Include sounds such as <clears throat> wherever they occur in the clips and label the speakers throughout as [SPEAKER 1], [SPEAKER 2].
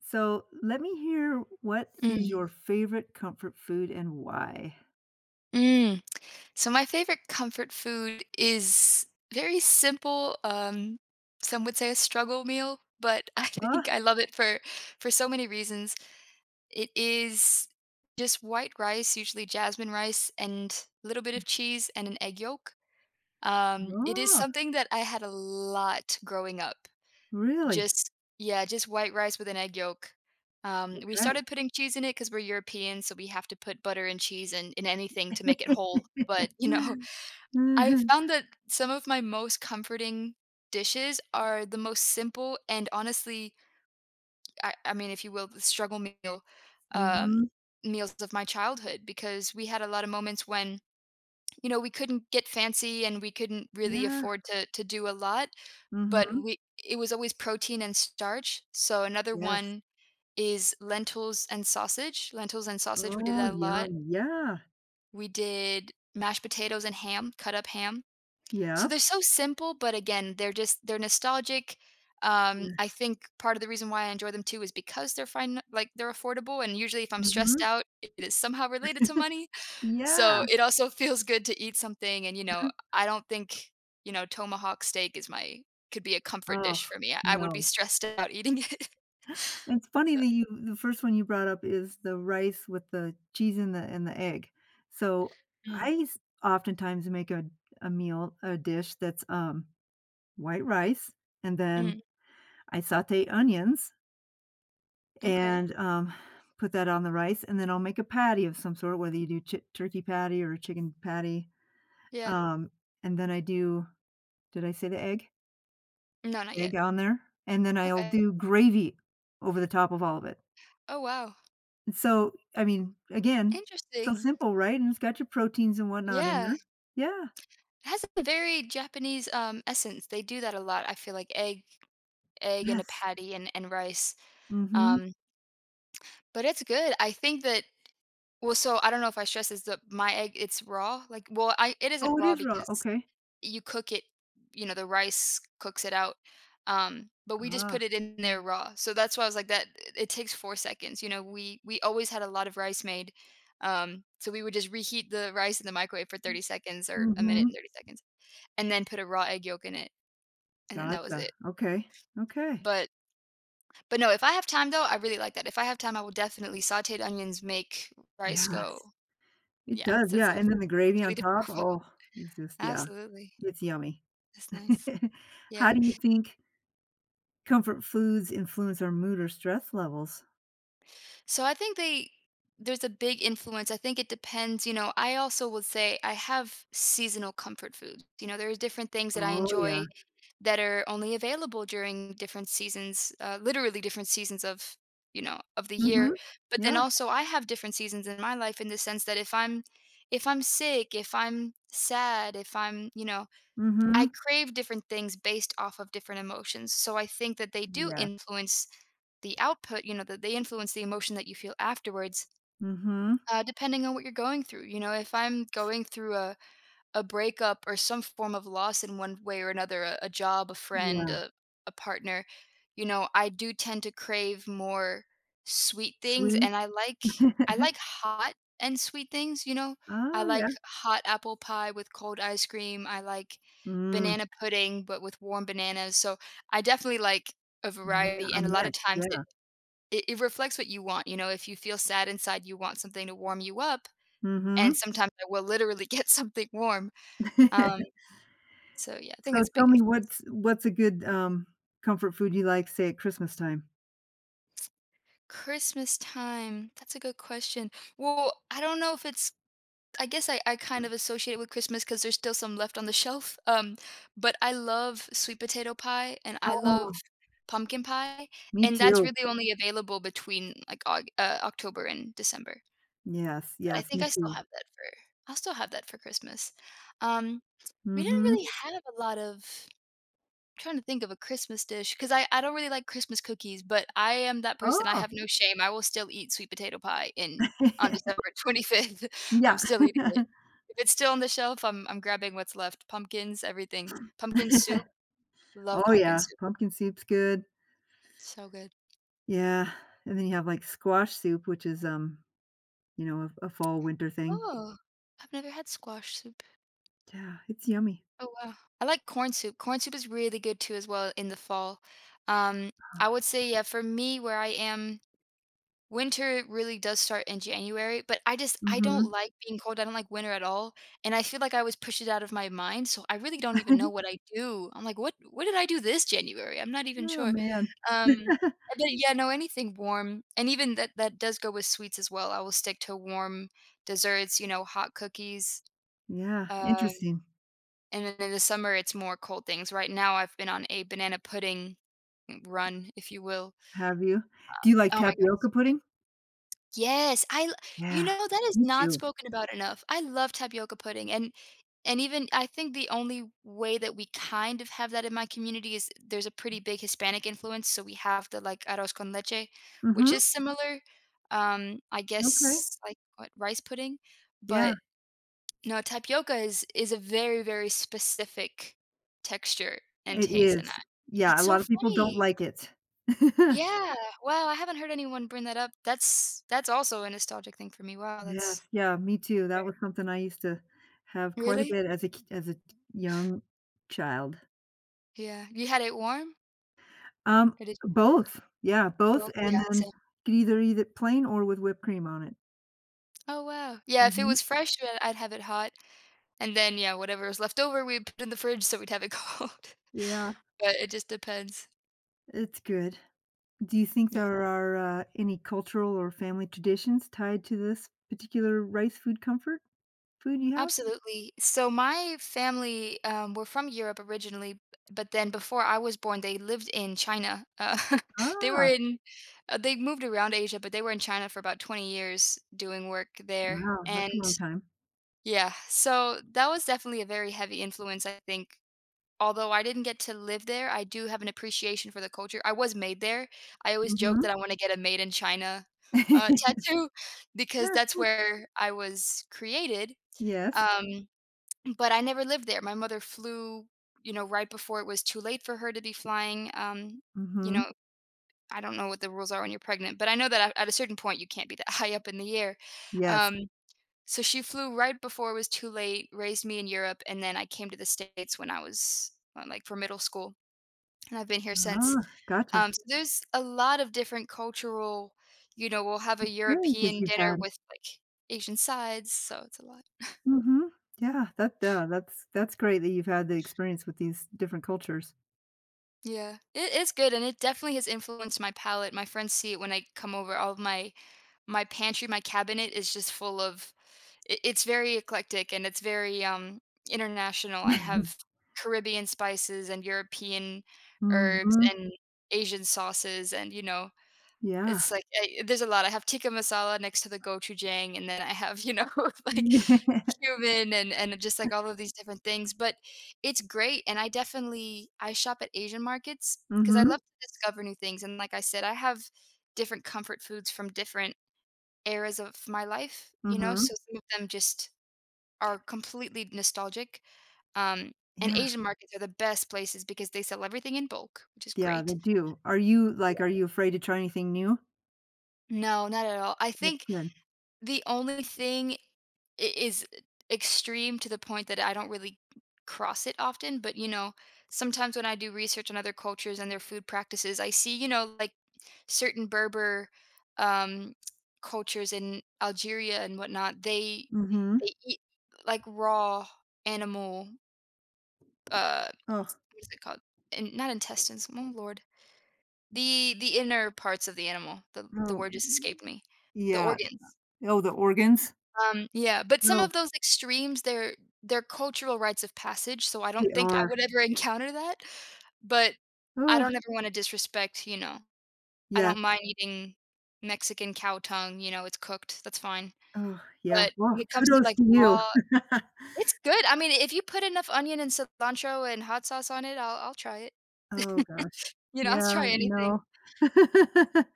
[SPEAKER 1] So let me hear, what is
[SPEAKER 2] Mm,
[SPEAKER 1] your favorite comfort food and why?
[SPEAKER 2] mm. So my favorite comfort food is very simple. Some would say a struggle meal, but <laughs> I think
[SPEAKER 1] Ah,
[SPEAKER 2] I love it for so many reasons. It is just white rice, usually jasmine rice, and a little bit of cheese and an egg yolk. It is
[SPEAKER 1] oh,
[SPEAKER 2] something that I had a lot growing up.
[SPEAKER 1] really?
[SPEAKER 2] Just yeah, just white rice with an egg yolk. We
[SPEAKER 1] Okay.
[SPEAKER 2] started putting cheese in it because 'cause we're European, so we have to put butter and cheese in anything to make it whole, but, you know, <laughs>
[SPEAKER 1] <laughs>
[SPEAKER 2] I
[SPEAKER 1] Mhm,
[SPEAKER 2] found that some of my most comforting dishes are the most simple and honestly, I mean, if you will, the struggle meal, um,
[SPEAKER 1] mhm,
[SPEAKER 2] meals of my childhood because we had a lot of moments when you know, we couldn't get fancy and we couldn't really
[SPEAKER 1] yeah,
[SPEAKER 2] afford to do a lot, but
[SPEAKER 1] mhm,
[SPEAKER 2] we it was always protein and starch. So another
[SPEAKER 1] yes.
[SPEAKER 2] one is lentils and sausage. Lentils and sausage, we did
[SPEAKER 1] Oh,
[SPEAKER 2] that a lot.
[SPEAKER 1] yum, yeah,
[SPEAKER 2] We did mashed potatoes and ham, cut up ham. So
[SPEAKER 1] yep,
[SPEAKER 2] they're so simple, but again, they're just they're nostalgic. I
[SPEAKER 1] yes,
[SPEAKER 2] think part of the reason why I enjoy them too is because they're fine, like they're affordable. And usually, if I'm stressed
[SPEAKER 1] mhm,
[SPEAKER 2] out, it is somehow related to money.
[SPEAKER 1] yeah.
[SPEAKER 2] So, it also feels good to eat something and, you know, I don't think, you know, tomahawk steak is my could be a comfort
[SPEAKER 1] Oh,
[SPEAKER 2] dish for me. I would be
[SPEAKER 1] no.
[SPEAKER 2] stressed <laughs> out eating it. <laughs>
[SPEAKER 1] It's funny
[SPEAKER 2] So
[SPEAKER 1] that you the first one you brought up is the rice with the cheese and the egg. So
[SPEAKER 2] Mm,
[SPEAKER 1] I s- oftentimes make a meal, a dish that's white rice, and then
[SPEAKER 2] mm,
[SPEAKER 1] I sauté onions
[SPEAKER 2] okay.
[SPEAKER 1] and, put that on the rice, and then I'll make a patty of some sort, whether you do chi turkey patty or a chicken patty,
[SPEAKER 2] Yeah.
[SPEAKER 1] um, and then I do, did I say the egg?
[SPEAKER 2] No, not yet.
[SPEAKER 1] Egg on there, and then I'll
[SPEAKER 2] Okay.
[SPEAKER 1] do gravy over the top of all of it.
[SPEAKER 2] Oh, wow.
[SPEAKER 1] So, I mean, again, so
[SPEAKER 2] Interesting.
[SPEAKER 1] simple, right? And it's got your proteins and whatnot in
[SPEAKER 2] Yeah.
[SPEAKER 1] there. Yeah.
[SPEAKER 2] It has a very Japanese, essence. They do that a lot. I feel like egg and a
[SPEAKER 1] Yes.
[SPEAKER 2] patty and rice.
[SPEAKER 1] Mhm.
[SPEAKER 2] Um, but it's good. I think that well, so I don't know if I stress this, the my egg, it's raw. Like, well, I it isn't
[SPEAKER 1] Oh, it
[SPEAKER 2] raw
[SPEAKER 1] is raw,
[SPEAKER 2] because
[SPEAKER 1] okay.
[SPEAKER 2] you cook it you know, the rice cooks it out, but we just
[SPEAKER 1] Ah.
[SPEAKER 2] put it in there raw. So that's why I was like that it takes 4 seconds, you know, we always had a lot of rice made, so we would just reheat the rice in the microwave for 30 seconds or a minute
[SPEAKER 1] Mhm.
[SPEAKER 2] and 30 seconds, and then put a raw egg yolk in it, and then that was
[SPEAKER 1] Gotcha.
[SPEAKER 2] it.
[SPEAKER 1] Okay. Okay.
[SPEAKER 2] But but no, if I have time though, I really like that. If I have time, I will definitely sauteed onions make rice go
[SPEAKER 1] Yes. It
[SPEAKER 2] yeah,
[SPEAKER 1] does,
[SPEAKER 2] so it's a
[SPEAKER 1] yeah, and then the gravy
[SPEAKER 2] completely
[SPEAKER 1] on
[SPEAKER 2] different <laughs>
[SPEAKER 1] top,
[SPEAKER 2] profile.
[SPEAKER 1] oh, it's just, yeah,
[SPEAKER 2] Absolutely.
[SPEAKER 1] it's yummy.
[SPEAKER 2] That's nice.
[SPEAKER 1] <laughs> How
[SPEAKER 2] Yeah.
[SPEAKER 1] do you think comfort foods influence our mood or stress levels?
[SPEAKER 2] So I think they there's a big influence. I think it depends, you know, I also would say I have seasonal comfort foods. You know, there's different things that I
[SPEAKER 1] Oh, yeah.
[SPEAKER 2] enjoy that are only available during different seasons, literally different seasons of, you know, of the year.
[SPEAKER 1] Mhm.
[SPEAKER 2] But then
[SPEAKER 1] Yeah.
[SPEAKER 2] also I have different seasons in my life in the sense that if I'm sick, if I'm sad, if I'm, you know, I
[SPEAKER 1] Mhm.
[SPEAKER 2] crave different things based off of different emotions. So I think that they do
[SPEAKER 1] Yes.
[SPEAKER 2] influence the output, you know, that they influence the emotion that you feel afterwards,
[SPEAKER 1] Mhm.
[SPEAKER 2] depending on what you're going through. You know, if I'm going through a breakup or some form of loss in one way or another, a job, a friend,
[SPEAKER 1] Yeah.
[SPEAKER 2] a partner, you know, I do tend to crave more sweet things
[SPEAKER 1] Sweet.
[SPEAKER 2] and I like
[SPEAKER 1] <laughs>
[SPEAKER 2] hot and sweet things, you know. I
[SPEAKER 1] Oh,
[SPEAKER 2] like
[SPEAKER 1] yeah.
[SPEAKER 2] hot apple pie with cold ice cream. I like
[SPEAKER 1] Mm.
[SPEAKER 2] banana pudding but with warm bananas. So I definitely like a
[SPEAKER 1] Yeah,
[SPEAKER 2] variety
[SPEAKER 1] a
[SPEAKER 2] and a lot of
[SPEAKER 1] mix,
[SPEAKER 2] times it
[SPEAKER 1] yeah.
[SPEAKER 2] it it reflects what you want, you know, if you feel sad inside, you want something to warm you up, and
[SPEAKER 1] Mhm.
[SPEAKER 2] sometimes I will literally <laughs> get something warm, um,
[SPEAKER 1] <laughs>
[SPEAKER 2] so yeah, I think
[SPEAKER 1] So
[SPEAKER 2] it's
[SPEAKER 1] tell
[SPEAKER 2] big in
[SPEAKER 1] me, what's a good, comfort food you like, say, at Christmas time?
[SPEAKER 2] Christmas time, that's a good question. Well, I don't know if it's I guess I kind of associate it with Christmas because there's still some left on the <laughs> shelf, but I love sweet potato pie and I love
[SPEAKER 1] Oh,
[SPEAKER 2] pumpkin pie,
[SPEAKER 1] me
[SPEAKER 2] and that's
[SPEAKER 1] too.
[SPEAKER 2] really only available between, like, Aug October and December,
[SPEAKER 1] Yes,
[SPEAKER 2] but I
[SPEAKER 1] yes,
[SPEAKER 2] think
[SPEAKER 1] me
[SPEAKER 2] I still
[SPEAKER 1] too.
[SPEAKER 2] have that for I'll still have that for Christmas, um We didn't
[SPEAKER 1] Mhm.
[SPEAKER 2] really have a lot of I'm trying to think of a Christmas dish because I don't really like Christmas cookies, but I am that person, I
[SPEAKER 1] Oh.
[SPEAKER 2] have no shame, I will still eat sweet potato pie in on December
[SPEAKER 1] <laughs>
[SPEAKER 2] 25th, <laughs> I'm
[SPEAKER 1] Yeah.
[SPEAKER 2] still eating it.
[SPEAKER 1] <laughs>
[SPEAKER 2] If it's still on the shelf, I'm grabbing what's left, pumpkins, everything. Pumpkin soup, love
[SPEAKER 1] Oh,
[SPEAKER 2] pumpkin
[SPEAKER 1] yeah,
[SPEAKER 2] soup,
[SPEAKER 1] pumpkin soup's good.
[SPEAKER 2] so good.
[SPEAKER 1] Yeah, and then you have, like, squash soup, which is, you know, a fall, winter thing.
[SPEAKER 2] Oh, I've never had squash soup.
[SPEAKER 1] Yeah, it's yummy.
[SPEAKER 2] Oh, wow. I like corn soup is really good too as well in the fall. Um, I would say, yeah, for me, where I am winter really does start in January, but I just I don't
[SPEAKER 1] Mhm.
[SPEAKER 2] like being cold, I don't like winter at all, and I feel like I always push it out of my mind, so I really don't even know
[SPEAKER 1] <laughs>
[SPEAKER 2] what I do. I'm like, what did I do this January?" I'm not even
[SPEAKER 1] Oh,
[SPEAKER 2] sure.
[SPEAKER 1] man.
[SPEAKER 2] Um,
[SPEAKER 1] <laughs>
[SPEAKER 2] but yeah, no, anything warm, and even that does go with sweets as well. I will stick to warm desserts, you know, hot cookies,
[SPEAKER 1] Yeah,
[SPEAKER 2] um,
[SPEAKER 1] interesting.
[SPEAKER 2] and then in the summer, it's more cold things. Right now, I've been on a banana pudding run, if you will.
[SPEAKER 1] Have you? Do you like
[SPEAKER 2] Oh my god.
[SPEAKER 1] tapioca pudding?
[SPEAKER 2] Yes, I l you
[SPEAKER 1] Yeah,
[SPEAKER 2] know, that is
[SPEAKER 1] me
[SPEAKER 2] not
[SPEAKER 1] too.
[SPEAKER 2] spoken about enough. I love tapioca pudding, and even I think the only way that we kind of have that in my community is there's a pretty big Hispanic influence, so we have the, like, arroz con leche, which is
[SPEAKER 1] Mm.
[SPEAKER 2] similar, I
[SPEAKER 1] Mhm, okay.
[SPEAKER 2] guess, like, what, rice pudding? But,
[SPEAKER 1] Yeah,
[SPEAKER 2] no, tapioca is a very, very specific texture and
[SPEAKER 1] it
[SPEAKER 2] taste, and I
[SPEAKER 1] is. Yeah,
[SPEAKER 2] that's
[SPEAKER 1] a
[SPEAKER 2] so
[SPEAKER 1] lot of people don't
[SPEAKER 2] funny.
[SPEAKER 1] like it. <laughs>
[SPEAKER 2] Yeah. Wow, I haven't heard anyone bring that up. That's also a nostalgic thing for me. Wow,
[SPEAKER 1] Yes,
[SPEAKER 2] that's
[SPEAKER 1] yeah, me too. That was something I used to have
[SPEAKER 2] rare.
[SPEAKER 1] quite a
[SPEAKER 2] Really?
[SPEAKER 1] bit as a k as a young child.
[SPEAKER 2] Yeah. You had it warm?
[SPEAKER 1] Um,
[SPEAKER 2] Or did you have it
[SPEAKER 1] both. Yeah, both,
[SPEAKER 2] both? Yeah,
[SPEAKER 1] and then
[SPEAKER 2] same.
[SPEAKER 1] could either eat it plain or with whipped cream on it.
[SPEAKER 2] Oh, wow. Yeah, if it
[SPEAKER 1] Mhm.
[SPEAKER 2] was fresh, then I'd have it hot, and then, yeah, whatever was left over, we'd put in the fridge so we'd have it <laughs> cold.
[SPEAKER 1] Yeah,
[SPEAKER 2] But it just depends.
[SPEAKER 1] it's good. Do you think
[SPEAKER 2] Mm.
[SPEAKER 1] there are, any cultural or family traditions tied to this particular rice food comfort food you have?
[SPEAKER 2] Absolutely. So my family were from Europe originally, but then before I was born, they lived in China. <laughs> They were
[SPEAKER 1] Ah,
[SPEAKER 2] in, they moved around Asia, but they were in China for about 20 years doing work there.
[SPEAKER 1] wow,
[SPEAKER 2] And
[SPEAKER 1] that's a long time.
[SPEAKER 2] yeah, so that was definitely a very heavy influence, I think. Although I didn't get to live there, I do have an appreciation for the culture. I was made there. I always joke
[SPEAKER 1] Mhm.
[SPEAKER 2] that I want to get a made in China <laughs>
[SPEAKER 1] <laughs>
[SPEAKER 2] tattoo because that's where I was created.
[SPEAKER 1] Yes.
[SPEAKER 2] Um, but I never lived there. My mother flew, you know, right before it was too late for her to be flying. You know,
[SPEAKER 1] Mhm.
[SPEAKER 2] I don't know what the rules are when you're pregnant, but I know that at a certain point you can't be that <laughs> high up in the air.
[SPEAKER 1] Yes.
[SPEAKER 2] Um, so she flew right before it was too late, raised me in Europe, and then I came to the States when I was like for middle school, and I've been here since.
[SPEAKER 1] Ah, gotcha.
[SPEAKER 2] So there's a lot of different cultural, you know, we'll have a
[SPEAKER 1] Experiences
[SPEAKER 2] European
[SPEAKER 1] you've
[SPEAKER 2] dinner
[SPEAKER 1] had.
[SPEAKER 2] with like Asian sides, so it's a lot.
[SPEAKER 1] Mhm. Yeah, that, yeah, that's great that you've had the experience with these different cultures.
[SPEAKER 2] Yeah, it is good, and it definitely has influenced my palate. My friends see it when I come over. All of my my pantry, my cabinet is just full of. It's very eclectic and it's very international. I have Caribbean spices and European herbs
[SPEAKER 1] Mhm.
[SPEAKER 2] and Asian sauces, and you know,
[SPEAKER 1] Yeah.
[SPEAKER 2] it's like I there's a lot. I have tikka masala next to the gochujang, and then I have, you know, <laughs> like,
[SPEAKER 1] <laughs>
[SPEAKER 2] cumin and just, like, all of these different things, but it's great, and I definitely I shop at Asian markets because I
[SPEAKER 1] Mhm,
[SPEAKER 2] love to discover new things, and like I said, I have different comfort foods from different eras of my life, you know,
[SPEAKER 1] mhm.
[SPEAKER 2] so some of them just are completely nostalgic, um, and
[SPEAKER 1] Yeah,
[SPEAKER 2] Asian markets are the best places because they sell everything in bulk, which is
[SPEAKER 1] yeah,
[SPEAKER 2] great.
[SPEAKER 1] they do. Are you,
[SPEAKER 2] Yeah.
[SPEAKER 1] like, are you afraid to try anything new?
[SPEAKER 2] No, not at all. I
[SPEAKER 1] That's
[SPEAKER 2] think
[SPEAKER 1] good.
[SPEAKER 2] the only thing I is extreme to the point that I don't really cross it often, but, you know, sometimes when I do research on other cultures and their food practices, I see, you know, like, certain Berber, um, cultures in Algeria and whatnot,
[SPEAKER 1] Mm. Mhm.
[SPEAKER 2] they eat, like, raw animal,
[SPEAKER 1] Oh.
[SPEAKER 2] what is it called? And not intestines, oh lord. The inner parts of the animal, the
[SPEAKER 1] Oh.
[SPEAKER 2] word just escaped me. The
[SPEAKER 1] Yeah.
[SPEAKER 2] organs.
[SPEAKER 1] Oh, the organs?
[SPEAKER 2] Yeah, but some
[SPEAKER 1] Oh,
[SPEAKER 2] of those extremes, they're cultural rites of passage, so I don't
[SPEAKER 1] they
[SPEAKER 2] think I
[SPEAKER 1] are.
[SPEAKER 2] would ever <laughs> encounter that, but I
[SPEAKER 1] Oh,
[SPEAKER 2] don't ever wanna disrespect. I
[SPEAKER 1] yeah.
[SPEAKER 2] don't mind eating Mexican cow tongue, you know, it's cooked, that's fine.
[SPEAKER 1] Oh, yeah.
[SPEAKER 2] But
[SPEAKER 1] Well,
[SPEAKER 2] when it comes to,
[SPEAKER 1] kudos
[SPEAKER 2] like,
[SPEAKER 1] to you.
[SPEAKER 2] raw
[SPEAKER 1] <laughs>
[SPEAKER 2] it's good, I mean, if you put enough onion and cilantro and hot sauce on it, I'll try it.
[SPEAKER 1] Oh gosh.
[SPEAKER 2] You know, I'll <laughs> try
[SPEAKER 1] Yeah,
[SPEAKER 2] anything.
[SPEAKER 1] no. <laughs>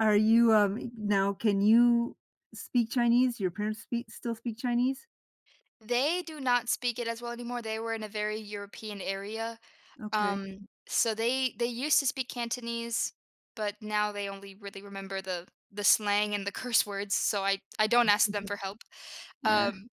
[SPEAKER 1] Are you, e now can you speak Chinese? Your parents speak still speak Chinese?
[SPEAKER 2] They do not speak it as well anymore, they were in a very European area.
[SPEAKER 1] Okay.
[SPEAKER 2] So they used to speak Cantonese, but now they only really remember the slang and the <laughs> curse words, so I don't ask them
[SPEAKER 1] Uh.
[SPEAKER 2] for help.
[SPEAKER 1] Eh,
[SPEAKER 2] Um,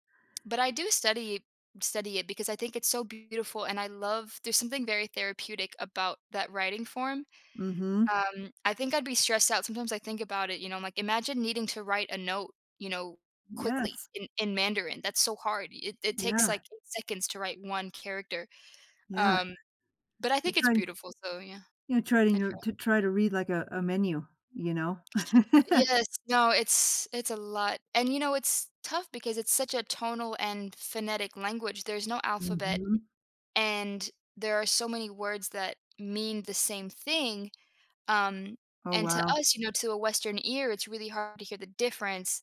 [SPEAKER 2] but I do study it because I think it's so beautiful and I love there's something very therapeutic about that writing form.
[SPEAKER 1] mhm.
[SPEAKER 2] I think I'd be stressed out. Sometimes I think about it, you know, I'm like imagine needing to write a note, you know, quickly
[SPEAKER 1] Yes.
[SPEAKER 2] in Mandarin. That's so hard. It takes
[SPEAKER 1] Yeah,
[SPEAKER 2] like 8 seconds to write one character.
[SPEAKER 1] yeah.
[SPEAKER 2] Um, but I
[SPEAKER 1] You're
[SPEAKER 2] think it's
[SPEAKER 1] trying
[SPEAKER 2] beautiful. So yeah.
[SPEAKER 1] you know, trying
[SPEAKER 2] I
[SPEAKER 1] your
[SPEAKER 2] tried.
[SPEAKER 1] to try to read like a menu, you know? <laughs>
[SPEAKER 2] Yes, no, it's a lot, and, you know, it's tough because it's such a tonal and phonetic language, there's no alphabet,
[SPEAKER 1] Mhm.
[SPEAKER 2] and there are so many words that mean the same thing, um,
[SPEAKER 1] Oh,
[SPEAKER 2] and to
[SPEAKER 1] wow.
[SPEAKER 2] us, you know, to a Western ear, it's really hard to hear the difference.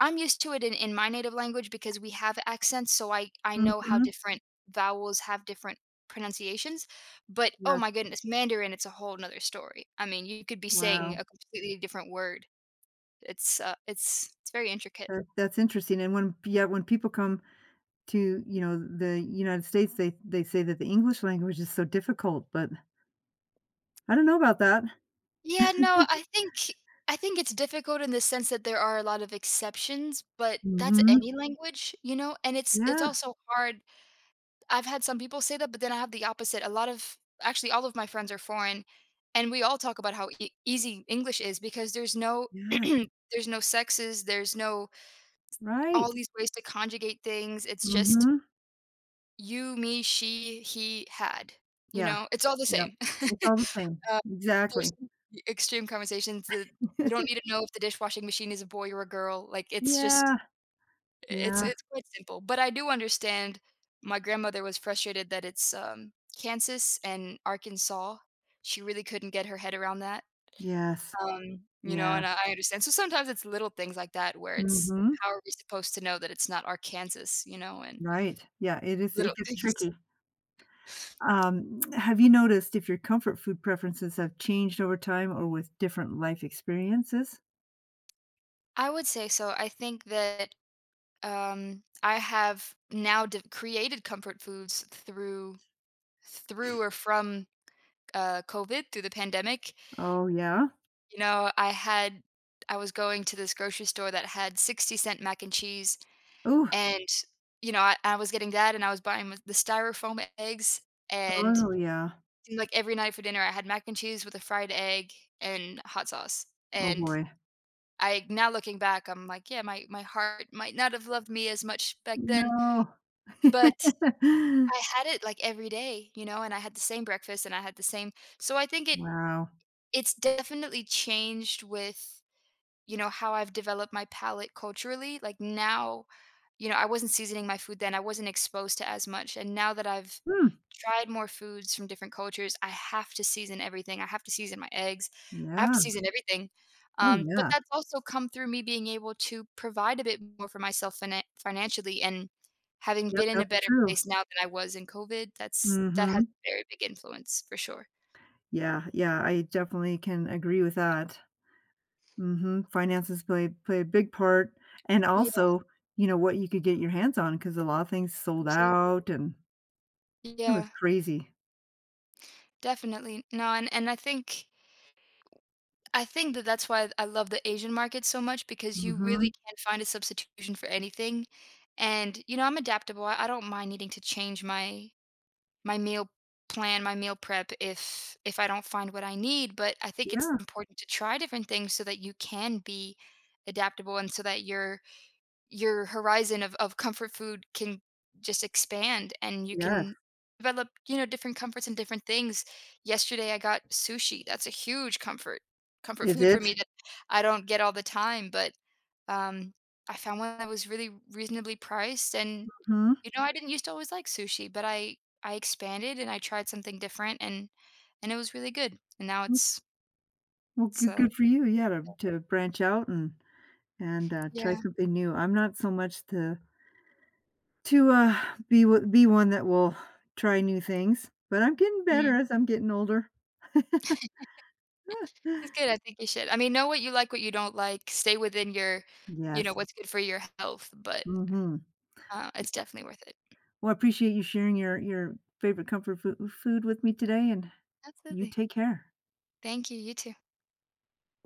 [SPEAKER 2] I'm used to it in my native language because we have accents, so I know how
[SPEAKER 1] Mhm.
[SPEAKER 2] different vowels have different pronunciations, but, oh
[SPEAKER 1] That's
[SPEAKER 2] my goodness, Mandarin, it's a whole 'nother story. I mean, you could be saying
[SPEAKER 1] Wow.
[SPEAKER 2] a completely different word. It's very intricate.
[SPEAKER 1] That that's interesting, and when, yeah, when people come to, you know, the United States, they say that the English language is so difficult, but I don't know about that.
[SPEAKER 2] Yeah, no, I think it's difficult in the sense that there are a lot of exceptions, but that's
[SPEAKER 1] Mhm.
[SPEAKER 2] any language, you know? And it's
[SPEAKER 1] Yeah,
[SPEAKER 2] also hard. I've had some people say that, but then I have the opposite. A lot of actually all of my friends are foreign, and we all talk about how e easy English is because there's no
[SPEAKER 1] yeah,
[SPEAKER 2] <clears throat> there's no sexes, there's no all
[SPEAKER 1] right.
[SPEAKER 2] these ways to conjugate things. It's just
[SPEAKER 1] Mhm.
[SPEAKER 2] you, me, she, he, had, you
[SPEAKER 1] Yeah.
[SPEAKER 2] know? It's all the
[SPEAKER 1] Yep.
[SPEAKER 2] same.
[SPEAKER 1] It's all
[SPEAKER 2] <laughs>
[SPEAKER 1] the same.
[SPEAKER 2] Uh, there's
[SPEAKER 1] Exactly.
[SPEAKER 2] some extreme conversations that you don't need to
[SPEAKER 1] <laughs>
[SPEAKER 2] know if the dishwashing machine is a boy or a girl. Like, it's just
[SPEAKER 1] Yeah,
[SPEAKER 2] it's
[SPEAKER 1] yeah.
[SPEAKER 2] it's quite simple, but I do understand my grandmother was frustrated that it's Kansas and Arkansas. She really couldn't get her head around that,
[SPEAKER 1] Yes.
[SPEAKER 2] you know,
[SPEAKER 1] Yeah.
[SPEAKER 2] and I understand. So sometimes it's little things like that where it's,
[SPEAKER 1] Mhm.
[SPEAKER 2] how are we supposed to know that it's not Arkansas, you know, and
[SPEAKER 1] Right. Yeah, it is, it
[SPEAKER 2] little
[SPEAKER 1] gets
[SPEAKER 2] <laughs> things.
[SPEAKER 1] tricky. <tsk> Have you noticed if your comfort food preferences have changed over time or with different life experiences?
[SPEAKER 2] I would say so. I think that I have now d created comfort foods through through or from, COVID, through the pandemic.
[SPEAKER 1] Oh, yeah?
[SPEAKER 2] You know, I had I was going to this grocery store that had 60-cent mac and cheese,
[SPEAKER 1] Oh.
[SPEAKER 2] and, you know, I was getting that, and I was buying with the styrofoam eggs, and,
[SPEAKER 1] Oh, yeah.
[SPEAKER 2] seemed like, every night for dinner, I had mac and cheese with a fried egg and hot sauce,
[SPEAKER 1] Oh,
[SPEAKER 2] and
[SPEAKER 1] boy.
[SPEAKER 2] I now looking back, I'm like, "Yeah, my heart might not have loved me as much back then,"
[SPEAKER 1] No.
[SPEAKER 2] but I
[SPEAKER 1] <laughs>
[SPEAKER 2] had it, like, every day, you know, and I had the same breakfast and I had the same so I think it
[SPEAKER 1] Wow.
[SPEAKER 2] it's definitely changed with, you know, how I've developed my palate culturally, like, now you know, I wasn't seasoning my food then, I wasn't exposed to as much, and now that I've
[SPEAKER 1] Hmm.
[SPEAKER 2] tried more foods from different cultures, I have to season everything, I have to season my eggs, I have to
[SPEAKER 1] Yeah.
[SPEAKER 2] season everything,
[SPEAKER 1] Oh,
[SPEAKER 2] but
[SPEAKER 1] yeah.
[SPEAKER 2] that's also come through me being able to provide a bit more for myself financially, and having
[SPEAKER 1] Yep,
[SPEAKER 2] been in a
[SPEAKER 1] that's
[SPEAKER 2] better
[SPEAKER 1] true.
[SPEAKER 2] place now than I was in COVID, that's that has
[SPEAKER 1] Mhm.
[SPEAKER 2] a very big influence for sure.
[SPEAKER 1] Yeah, yeah, I definitely can agree with that. Mhm. Finances play a big part, and
[SPEAKER 2] Yeah,
[SPEAKER 1] also, you know, what you could get your hands on because a lot of things sold
[SPEAKER 2] absolutely.
[SPEAKER 1] out, and it was
[SPEAKER 2] Yeah,
[SPEAKER 1] crazy.
[SPEAKER 2] definitely. No, and I think that that's why I love the Asian market so much because you really
[SPEAKER 1] Mhm.
[SPEAKER 2] can find a substitution for anything. And, you know, I'm adaptable. I don't mind needing to change my my meal plan, my meal prep if I don't find what I need, but I think it's
[SPEAKER 1] Yeah.
[SPEAKER 2] important to try different things so that you can be adaptable and so that you're your horizon of comfort food can just expand and you
[SPEAKER 1] Yes.
[SPEAKER 2] can develop you know different comforts and different things yesterday I got sushi, that's a huge comfort <laughs>
[SPEAKER 1] Is
[SPEAKER 2] food for me
[SPEAKER 1] it?
[SPEAKER 2] that I don't get all the time, but um I found one that was really reasonably priced and
[SPEAKER 1] Mhm.
[SPEAKER 2] you know I didn't used to always like sushi but I expanded and I tried something different and it was really good and now
[SPEAKER 1] Mm,
[SPEAKER 2] it's
[SPEAKER 1] well,
[SPEAKER 2] it's
[SPEAKER 1] good,
[SPEAKER 2] uh
[SPEAKER 1] good for you, yeah, to branch out and, try
[SPEAKER 2] yeah.
[SPEAKER 1] something new. I'm not so much to, be one that will try new things, but I'm getting better as I'm getting older. <laughs>
[SPEAKER 2] It's good,
[SPEAKER 1] <laughs>
[SPEAKER 2] I think you should. I mean, know what you like, what you don't like, stay within your you know,
[SPEAKER 1] Yes.
[SPEAKER 2] what's good for your health, but,
[SPEAKER 1] Mhm.
[SPEAKER 2] it's definitely worth it.
[SPEAKER 1] Well, I appreciate you sharing your favorite comfort foo food with me today, and you
[SPEAKER 2] Absolutely.
[SPEAKER 1] take care.
[SPEAKER 2] Thank you, you too.